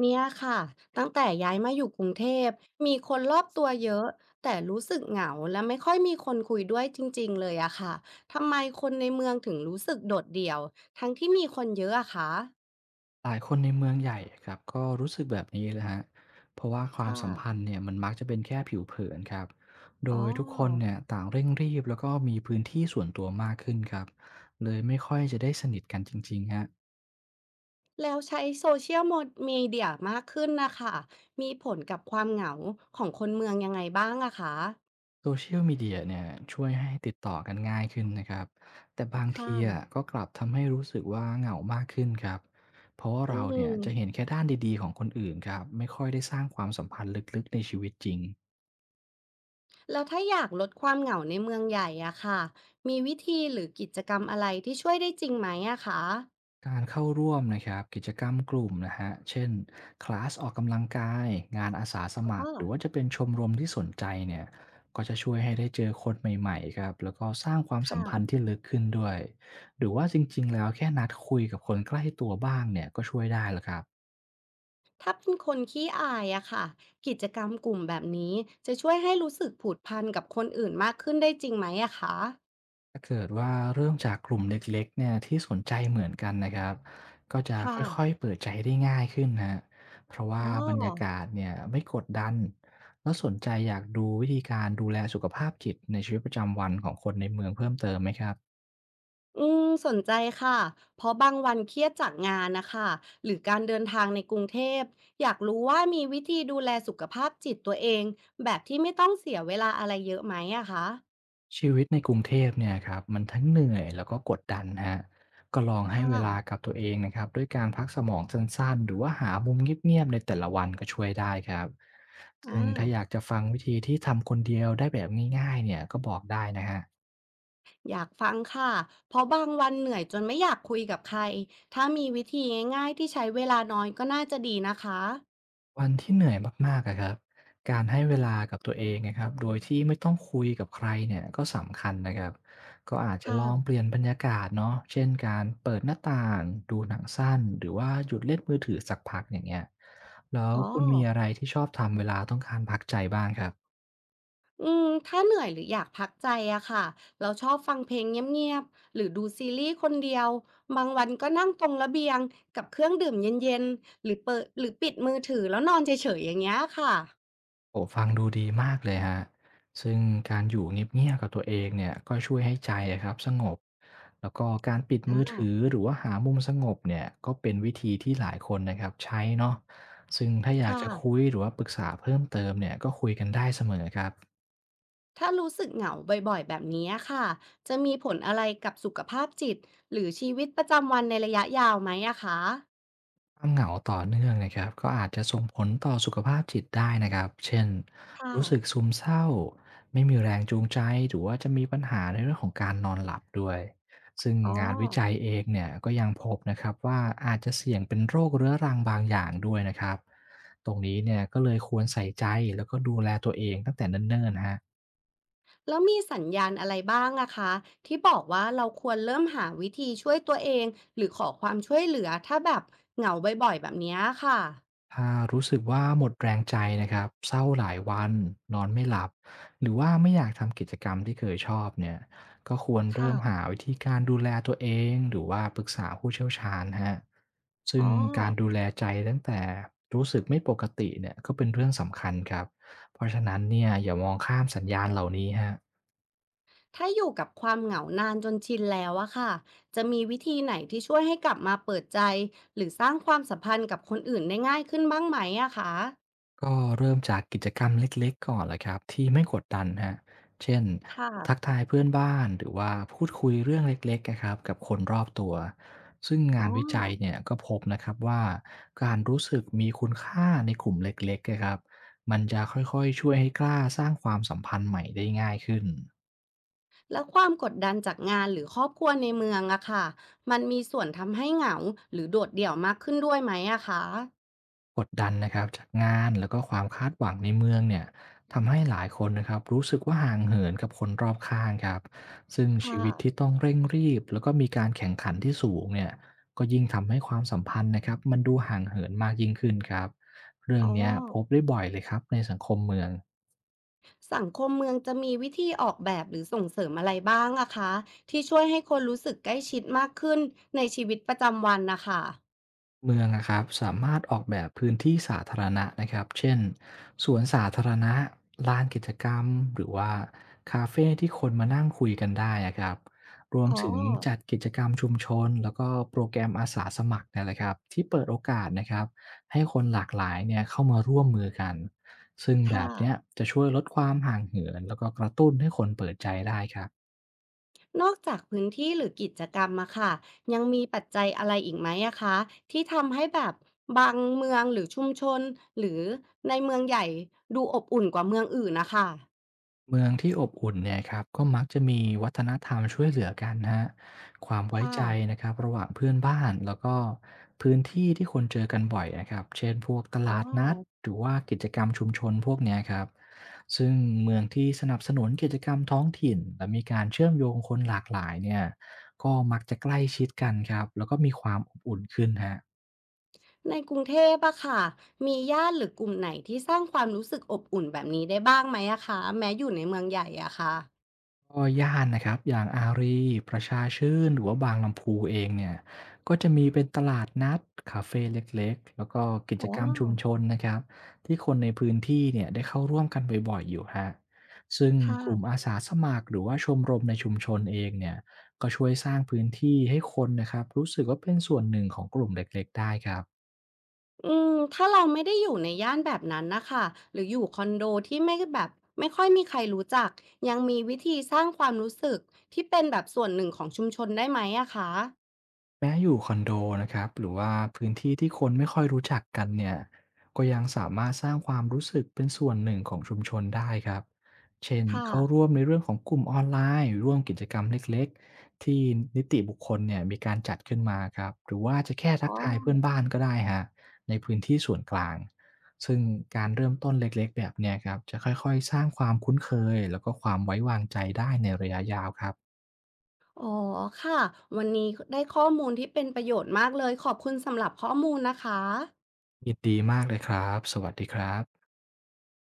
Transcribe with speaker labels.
Speaker 1: เนี่ยค่ะตั้งแต่ย้ายมาอยู่กรุงเทพมีคนรอบตัวเยอะแต่รู้สึกเหงาและไม่ค่อยมีคนคุยด้วยจริงๆเลยอะค่ะทำไมคนในเมืองถึงรู้สึกโดดเดี่ยวทั้งที่มีคนเยอะอะคะ
Speaker 2: หลายคนในเมืองใหญ่ครับก็รู้สึกแบบนี้เลยฮะเพราะว่าความ
Speaker 1: ค่ะ
Speaker 2: สัมพันธ์เนี่ยมันมักจะเป็นแค่ผิวเผินครับโด
Speaker 1: อ๋อ
Speaker 2: ยทุกคนเนี่ยต่างเร่งรีบแล้วก็มีพื้นที่ส่วนตัวมากขึ้นครับเลยไม่ค่อยจะได้สนิทกันจริงๆฮะ
Speaker 1: แล้วใช้โซเชียลมีเดียมากขึ้นนะคะมีผลกับความเหงาของคนเมืองยังไงบ้างอะคะ
Speaker 2: Social Media เดียเนี่ยช่วยให้ติดต่อกันง่ายขึ้นนะครับแต่บาง
Speaker 1: ค
Speaker 2: ทีอะ
Speaker 1: ่ะ
Speaker 2: ก็กลับทำให้รู้สึกว่าเหงามากขึ้นครับเพราะว่า
Speaker 1: อื
Speaker 2: เราเนี่ยจะเห็
Speaker 1: ม
Speaker 2: นแค่ด้านดีๆของคนอื่นครับไม่ค่อยได้สร้างความสัมพันธ์ลึกๆในชีวิตจริง
Speaker 1: แล้วถ้าอยากลดความเหงาในเมืองใหญ่อะค่ะมีวิธีหรือกิจกรรมอะไรที่ช่วยได้จริงไหมอะคะ
Speaker 2: การเข้าร่วมนะครับกิจกรรมกลุ่มนะฮะเช่นคลาสออกกำลังกายงานอาสาส
Speaker 1: อ๋อ
Speaker 2: มัคร
Speaker 1: เหร
Speaker 2: หรื
Speaker 1: อ
Speaker 2: อว่าจะเป็นชมรมที่สนใจเนี่ยก็จะช่วยให้ได้เจอคนใหม่ๆครับแล้วก็สร้างความสัม
Speaker 1: ค่ะ
Speaker 2: พันธ์ที่ลึกขึ้นด้วยหรือว่าจริงๆแล้วแค่นัดคุยกับคนใกล้ตัวบ้างเนี่ยก็ช่วยได้แล้วครับ
Speaker 1: ถ้าเป็นคนขี้อายอะค่ะกิจกรรมกลุ่มแบบนี้จะช่วยให้รู้สึกผูกพันกับคนอื่นมากขึ้นได้จริงไหมอะคะ
Speaker 2: ถ้าเกิดว่าเริ่มจากกลุ่มเล็กๆเนี่ยที่สนใจเหมือนกันนะครับก็จะค
Speaker 1: ค่ะ
Speaker 2: ่อยๆเปิดใจได้ง่ายขึ้นนะเพราะว่า
Speaker 1: อ๋อ
Speaker 2: บรรยากาศเนี่ยไม่กดดันแล้วสนใจอยากดูวิธีการดูแลสุขภาพจิตในชีวิตประจำวันของคนในเมืองเพิ่มเติมไหมครับ
Speaker 1: อืมสนใจค่ะเพราะบางวันเครียดจากงานนะคะหรือการเดินทางในกรุงเทพอยากรู้ว่ามีวิธีดูแลสุขภาพจิตตัวเองแบบที่ไม่ต้องเสียเวลาอะไรเยอะไหมอะคะ
Speaker 2: ชีวิตในกรุงเทพเนี่ยครับมันทั้งเหนื่อยแล้วก็กดดันฮะก็ลองให้เว
Speaker 1: ค่ะ
Speaker 2: ลากับตัวเองนะครับด้วยการพักสมองสั้นๆหรือว่าหามุมเงียบๆในแต่ละวันก็ช่วยได้ครับซึ่งถ้าอ
Speaker 1: อา
Speaker 2: ยากจะฟังวิธีที่ทำคนเดียวได้แบบง่ายๆเนี่ยก็บอกได้นะฮะ
Speaker 1: อยากฟังค่ะเพราะบางวันเหนื่อยจนไม่อยากคุยกับใคร ถ้ามีวิธีง่ายๆที่ใช้เวลาน้อยก็น่าจะดีนะคะ
Speaker 2: วันที่เหนื่อยมากๆอะครับการให้เวลากับตัวเองนะครับโดยที่ไม่ต้องคุยกับใครเนี่ยก็สำคัญนะครับก็อาจจะลอง
Speaker 1: ค่ะ
Speaker 2: เปลี่ยนบรรยากาศเนาะเช่นการเปิดหน้าต่างดูหนังสั้น หรือว่าหยุดเล่นมือถือสักพักอย่างเงี้ยแล้ว
Speaker 1: อ๋อ
Speaker 2: คุณมีอะไรที่ชอบทำเวลาต้องการพักใจบ้างครับ
Speaker 1: อืมถ้าเหนื่อยหรืออยากพักใจอะค่ะเราชอบฟังเพลงเงียบๆหรือดูซีรีส์คนเดียวบางวันก็นั่งตรงระเบียงกับเครื่องดื่มเย็นๆ หรือเปิดหรือปิดมือถือแล้วนอนเฉยๆอย่างเงี้ยค่ะ
Speaker 2: โอ้ฟังดูดีมากเลยครับซึ่งการอยู่เงียบๆกับตัวเองเนี่ยก็ช่วยให้ใจอะครับสงบแล้วก็การปิดมือถือ
Speaker 1: อ่า
Speaker 2: หรือว่าหามุมสงบเนี่ยก็เป็นวิธีที่หลายคนนะครับใช้เนาะซึ่งถ้าอยาก
Speaker 1: ค่ะ
Speaker 2: จะคุยหรือว่าปรึกษาเพิ่มเติมเนี่ยก็คุยกันได้เสมอครับ
Speaker 1: ถ้ารู้สึกเหงาบ่อยๆแบบนี้ค่ะจะมีผลอะไรกับสุขภาพจิตหรือชีวิตประจำวันในระยะยาวไหมอะคะ
Speaker 2: ความเหงาต่อเนื่องนะครับก็อาจจะส่งผลต่อสุขภาพจิตได้นะครับเช่น
Speaker 1: ค่ะ
Speaker 2: รู้สึกซึมเศร้าไม่มีแรงจูงใจหรือว่าจะมีปัญหาในเรื่องของการนอนหลับด้วยซึ่ง
Speaker 1: อ๋อ
Speaker 2: งานวิจัยเองเนี่ยก็ยังพบนะครับว่าอาจจะเสี่ยงเป็นโรคเรื้อรังบางอย่างด้วยนะครับตรงนี้เนี่ยก็เลยควรใส่ใจแล้วก็ดูแลตัวเองตั้งแต่เนิ่นๆฮะ
Speaker 1: แล้วมีสัญญาณอะไรบ้างอะคะที่บอกว่าเราควรเริ่มหาวิธีช่วยตัวเองหรือขอความช่วยเหลือถ้าแบบเหงาบ่อยๆแบบนี้ค่ะ
Speaker 2: ถ้ารู้สึกว่าหมดแรงใจนะครับเศร้าหลายวันนอนไม่หลับหรือว่าไม่อยากทำกิจกรรมที่เคยชอบเนี่ยก็ควรเริ่มหา
Speaker 1: ค่ะ
Speaker 2: วิธีการดูแลตัวเองหรือว่าปรึกษาผู้เชี่ยวชาญฮะซึ่
Speaker 1: อ๋อ
Speaker 2: งการดูแลใจตั้งแต่รู้สึกไม่ปกติเนี่ยก็เป็นเรื่องสำคัญครับเพราะฉะนั้นเนี่ยอย่ามองข้ามสัญญาณเหล่านี้ฮะ
Speaker 1: ถ้าอยู่กับความเหงานานจนชินแล้วอะค่ะจะมีวิธีไหนที่ช่วยให้กลับมาเปิดใจหรือสร้างความสัมพันธ์กับคนอื่นได้ง่ายขึ้นบ้างไหมอะคะ
Speaker 2: ก็เริ่มจากกิจกรรมเล็กๆก่อนแหละครับที่ไม่กดดันฮะเช่น
Speaker 1: ค
Speaker 2: ทัก
Speaker 1: ่ะ
Speaker 2: ทายเพื่อนบ้านหรือว่าพูดคุยเรื่องเล็กๆนะครับกับคนรอบตัวซึ่ง
Speaker 1: อ๋
Speaker 2: งา
Speaker 1: อ
Speaker 2: นวิจัยเนี่ยก็พบนะครับว่าการรู้สึกมีคุณค่าในกลุ่มเล็กๆนะครับมันจะค่อยๆช่วยให้กล้าสร้างความสัมพันธ์ใหม่ได้ง่ายขึ้น
Speaker 1: แล้วความกดดันจากงานหรือครอบครัวในเมืองอะค่ะมันมีส่วนทำให้เหงาหรือโดดเดี่ยวมากขึ้นด้วยไหมอะคะ
Speaker 2: กดดันนะครับจากงานแล้วก็ความคาดหวังในเมืองเนี่ยทำให้หลายคนนะครับรู้สึกว่าห่างเหินกับคนรอบข้างครับซึ่ง
Speaker 1: ค
Speaker 2: ชีวิตที่
Speaker 1: ่ะ
Speaker 2: ต้องเร่งรีบแล้วก็มีการแข่งขันที่สูงเนี่ยก็ยิ่งทำให้ความสัมพันธ์นะครับมันดูห่างเหินมากยิ่งขึ้นครับเรื่อ
Speaker 1: อ๋
Speaker 2: งเนี้ยพบ
Speaker 1: อ
Speaker 2: ได้บ่อยเลยครับในสังคมเมือง
Speaker 1: สังคมเมืองจะมีวิธีออกแบบหรือส่งเสริมอะไรบ้างอะคะที่ช่วยให้คนรู้สึกใกล้ชิดมากขึ้นในชีวิตประจำวันนะคะ
Speaker 2: เมืองอะครับสามารถออกแบบพื้นที่สาธารณะนะครับเช่นสวนสาธารณะลานกิจกรรมหรือว่าคาเฟ่ที่คนมานั่งคุยกันได้อะครับรวม
Speaker 1: อ๋อ
Speaker 2: ถึงจัดกิจกรรมชุมชนแล้วก็โปรแกรมอาสาสมัครเนี่ยแหละครับที่เปิดโอกาสนะครับให้คนหลากหลายเนี่ยเข้ามาร่วมมือกันซึ่งแบ
Speaker 1: ค่ะ
Speaker 2: บเนี้ยจะช่วยลดความห่างเหินแล้วก็กระตุ้นให้คนเปิดใจได้ครับ
Speaker 1: นอกจากพื้นที่หรือกิจกรรมอะค่ะยังมีปัจจัยอะไรอีกไหมอะคะที่ทำให้แบบบางเมืองหรือชุมชนหรือในเมืองใหญ่ดูอบอุ่นกว่าเมืองอื่นนะคะ
Speaker 2: เมืองที่อบอุ่นเนี่ยครับก็มักจะมีวัฒนธรรมช่วยเหลือกันนะฮะความไว้
Speaker 1: ค่ะ
Speaker 2: ใจนะครับระหว่างเพื่อนบ้านแล้วก็พื้นที่ที่คนเจอกันบ่อยนะครับเช่นพวกต
Speaker 1: อ๋อ
Speaker 2: ลาดนัดหรือว่ากิจกรรมชุมชนพวกเนี้ยครับซึ่งเมืองที่สนับสนุนกิจกรรมท้องถิ่นและมีการเชื่อมโยงคนหลากหลายเนี่ยก็มักจะใกล้ชิดกันครับแล้วก็มีความอบอุ่นขึ้นฮะ
Speaker 1: ในกรุงเทพอะค่ะมีย่านหรือกลุ่มไหนที่สร้างความรู้สึกอบอุ่นแบบนี้ได้บ้างไหมอะคะแม้อยู่ในเมืองใหญ่อะค่ะ
Speaker 2: ก็ย่านนะครับอย่างอารีประชาชื่นหรือว่าบางลำพูเองเนี่ยก็จะมีเป็นตลาดนัดคาเฟ่เล็กๆแล้วก็กิจ
Speaker 1: อ๋อ
Speaker 2: กรรมชุมชนนะครับที่คนในพื้นที่เนี่ยได้เข้าร่วมกันบ่อยๆอยู่ฮะซึ่ง
Speaker 1: ค
Speaker 2: กลุ่มอา
Speaker 1: ่ะ
Speaker 2: สาสมัครหรือว่าชมรมในชุมชนเองเนี่ยก็ช่วยสร้างพื้นที่ให้คนนะครับรู้สึกว่าเป็นส่วนหนึ่งของกลุ่มเล็กๆได้ครับ
Speaker 1: อืมถ้าเราไม่ได้อยู่ในย่านแบบนั้นนะคะหรืออยู่คอนโดที่ไม่แบบไม่ค่อยมีใครรู้จักยังมีวิธีสร้างความรู้สึกที่เป็นแบบส่วนหนึ่งของชุมชนได้ไหมอะคะ
Speaker 2: แม้อยู่คอนโดนะครับหรือว่าพื้นที่ที่คนไม่ค่อยรู้จักกันเนี่ยก็ยังสามารถสร้างความรู้สึกเป็นส่วนหนึ่งของชุมชนได้ครับเช่น
Speaker 1: ค่ะ
Speaker 2: เข้าร่วมในเรื่องของกลุ่มออนไลน์ร่วมกิจกรรมเล็กๆที่นิติบุคคลเนี่ยมีการจัดขึ้นมาครับหรือว่าจะแค่ทั
Speaker 1: อ๋
Speaker 2: ก
Speaker 1: อ
Speaker 2: ทายเพื่อนบ้านก็ได้ฮะในพื้นที่ส่วนกลางซึ่งการเริ่มต้นเล็กๆแบบเนี้ยครับจะค่อยๆสร้างความคุ้นเคยแล้วก็ความไว้วางใจได้ในระยะยาวครับ
Speaker 1: อ๋อค่ะวันนี้ได้ข้อมูลที่เป็นประโยชน์มากเลยขอบคุณสำหรับข้อมูลนะคะ
Speaker 2: ยินดีมากเลยครับสวัสดีครับ